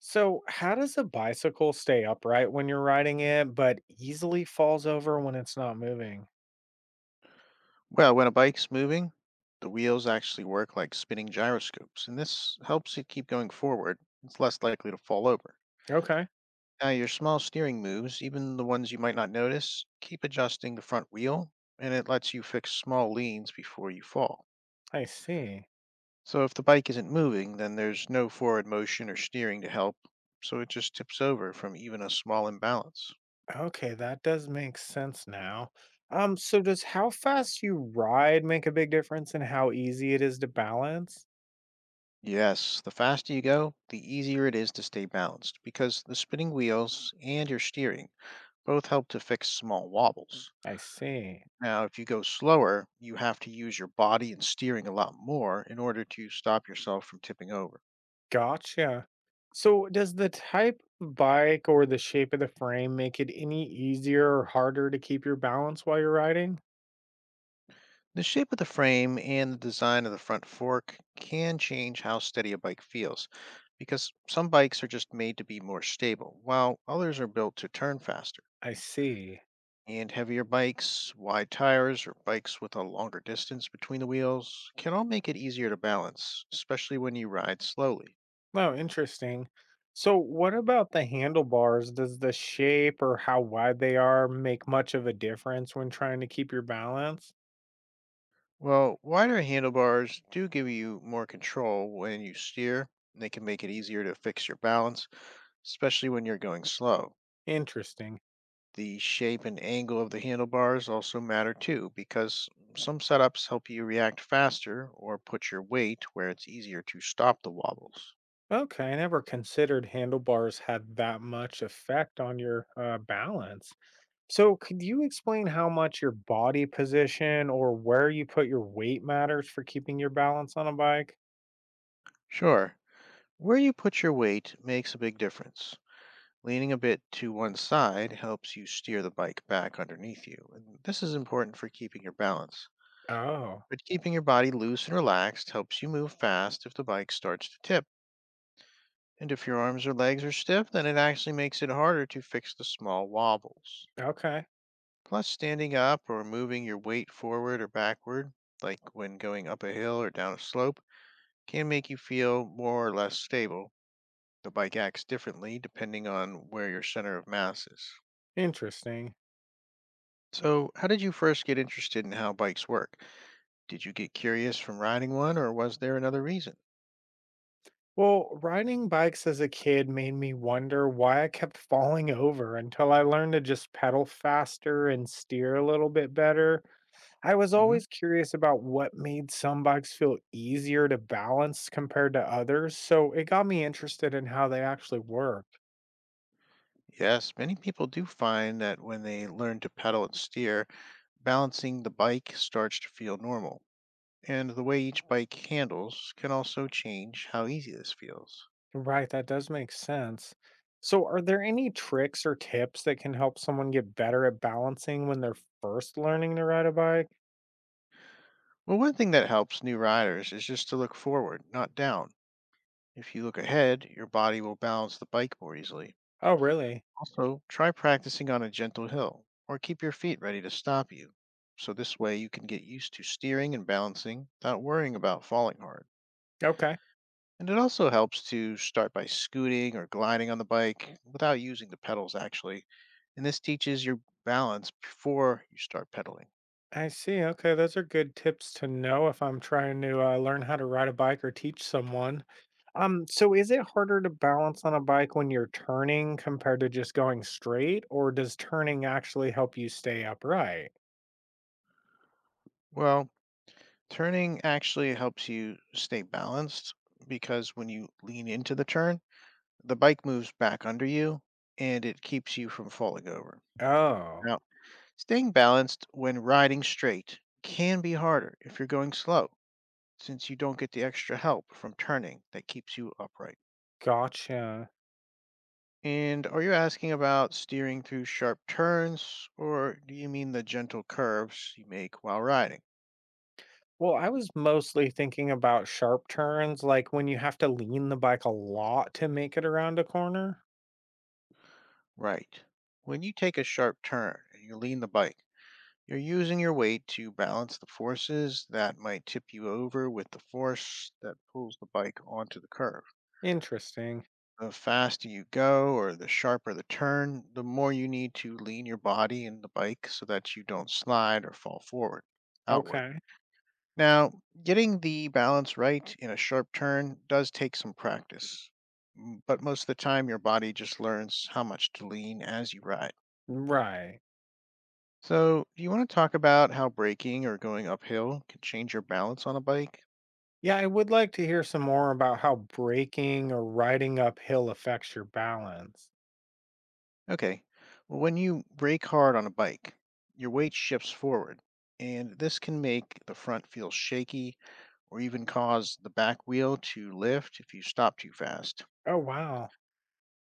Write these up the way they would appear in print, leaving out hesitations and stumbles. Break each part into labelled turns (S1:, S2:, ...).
S1: So, how does a bicycle stay upright when you're riding it, but easily falls over when it's not moving?
S2: Well, when a bike's moving, the wheels actually work like spinning gyroscopes, and this helps it keep going forward. It's less likely to fall over.
S1: Okay,
S2: Now, your small steering moves, even the ones you might not notice, keep adjusting the front wheel, and it lets you fix small leans before you fall.
S1: I see.
S2: So, if the bike isn't moving, then there's no forward motion or steering to help, so it just tips over from even a small imbalance.
S1: Okay, that does make sense now. So does how fast you ride make a big difference in how easy it is to balance?
S2: Yes, the faster you go, the easier it is to stay balanced because the spinning wheels and your steering both help to fix small wobbles.
S1: I see.
S2: Now, if you go slower, you have to use your body and steering a lot more in order to stop yourself from tipping over.
S1: Gotcha. So, does the type of bike or the shape of the frame make it any easier or harder to keep your balance while you're riding?
S2: The shape of the frame and the design of the front fork can change how steady a bike feels because some bikes are just made to be more stable, while others are built to turn faster.
S1: I see.
S2: And heavier bikes, wide tires, or bikes with a longer distance between the wheels can all make it easier to balance, especially when you ride slowly.
S1: Oh, interesting. So, what about the handlebars? Does the shape or how wide they are make much of a difference when trying to keep your balance?
S2: Well, wider handlebars do give you more control when you steer, and they can make it easier to fix your balance, especially when you're going slow.
S1: Interesting.
S2: The shape and angle of the handlebars also matter too, because some setups help you react faster or put your weight where it's easier to stop the wobbles.
S1: Okay, I never considered handlebars had that much effect on your balance. So, could you explain how much your body position or where you put your weight matters for keeping your balance on a bike?
S2: Sure, where you put your weight makes a big difference. Leaning a bit to one side helps you steer the bike back underneath you, and this is important for keeping your balance.
S1: Oh,
S2: But keeping your body loose and relaxed helps you move fast if the bike starts to tip. And if your arms or legs are stiff, then it actually makes it harder to fix the small wobbles.
S1: okay.
S2: Plus, standing up or moving your weight forward or backward, like when going up a hill or down a slope, can make you feel more or less stable. The bike acts differently depending on where your center of mass is.
S1: Interesting.
S2: So, how did you first get interested in how bikes work? Did you get curious from riding one, or was there another reason?
S1: Well, riding bikes as a kid made me wonder why I kept falling over until I learned to just pedal faster and steer a little bit better. I was
S2: Hmm.
S1: always curious about what made some bikes feel easier to balance compared to others, so it got me interested in how they actually work.
S2: Yes, many people do find that when they learn to pedal and steer, balancing the bike starts to feel normal. And the way each bike handles can also change how easy this feels.
S1: Right, that does make sense. So, are there any tricks or tips that can help someone get better at balancing when they're first learning to ride a bike?
S2: Well, one thing that helps new riders is just to look forward, not down. If you look ahead, your body will balance the bike more easily.
S1: Oh, really?
S2: Also, try practicing on a gentle hill or keep your feet ready to stop you. So, this way, you can get used to steering and balancing without worrying about falling hard.
S1: Okay.
S2: And it also helps to start by scooting or gliding on the bike without using the pedals, actually. And this teaches your balance before you start pedaling.
S1: I see. Okay, those are good tips to know if I'm trying to learn how to ride a bike or teach someone. So is it harder to balance on a bike when you're turning compared to just going straight, or does turning actually help you stay upright?
S2: Well, turning actually helps you stay balanced because when you lean into the turn, the bike moves back under you and it keeps you from falling over.
S1: Oh,
S2: Now, staying balanced when riding straight can be harder if you're going slow, since you don't get the extra help from turning that keeps you upright.
S1: gotcha.
S2: And are you asking about steering through sharp turns, or do you mean the gentle curves you make while riding?
S1: Well, I was mostly thinking about sharp turns, like when you have to lean the bike a lot to make it around a corner.
S2: Right. When you take a sharp turn and you lean the bike, you're using your weight to balance the forces that might tip you over with the force that pulls the bike onto the curve.
S1: Interesting.
S2: The faster you go or the sharper the turn, the more you need to lean your body and the bike so that you don't slide or fall forward, outward.
S1: Okay.
S2: Now, getting the balance right in a sharp turn does take some practice, but most of the time your body just learns how much to lean as you ride.
S1: Right.
S2: So, do you want to talk about how braking or going uphill can change your balance on a bike?
S1: Yeah, I would like to hear some more about how braking or riding uphill affects your balance.
S2: Okay, well, when you brake hard on a bike, your weight shifts forward, and this can make the front feel shaky or even cause the back wheel to lift if you stop too fast.
S1: Oh, wow.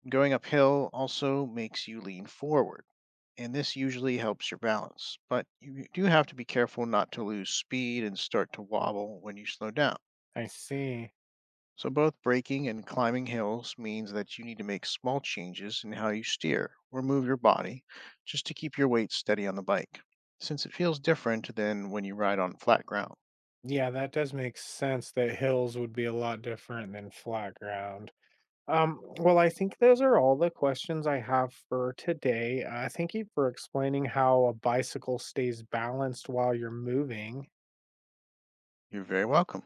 S2: Going uphill also makes you lean forward and this usually helps your balance. But you do have to be careful not to lose speed and start to wobble when you slow down.
S1: I see.
S2: So both braking and climbing hills means that you need to make small changes in how you steer or move your body just to keep your weight steady on the bike, since it feels different than when you ride on flat ground.
S1: Yeah, that does make sense that hills would be a lot different than flat ground. Well, I think those are all the questions I have for today. Thank you for explaining how a bicycle stays balanced while you're moving.
S2: You're very welcome.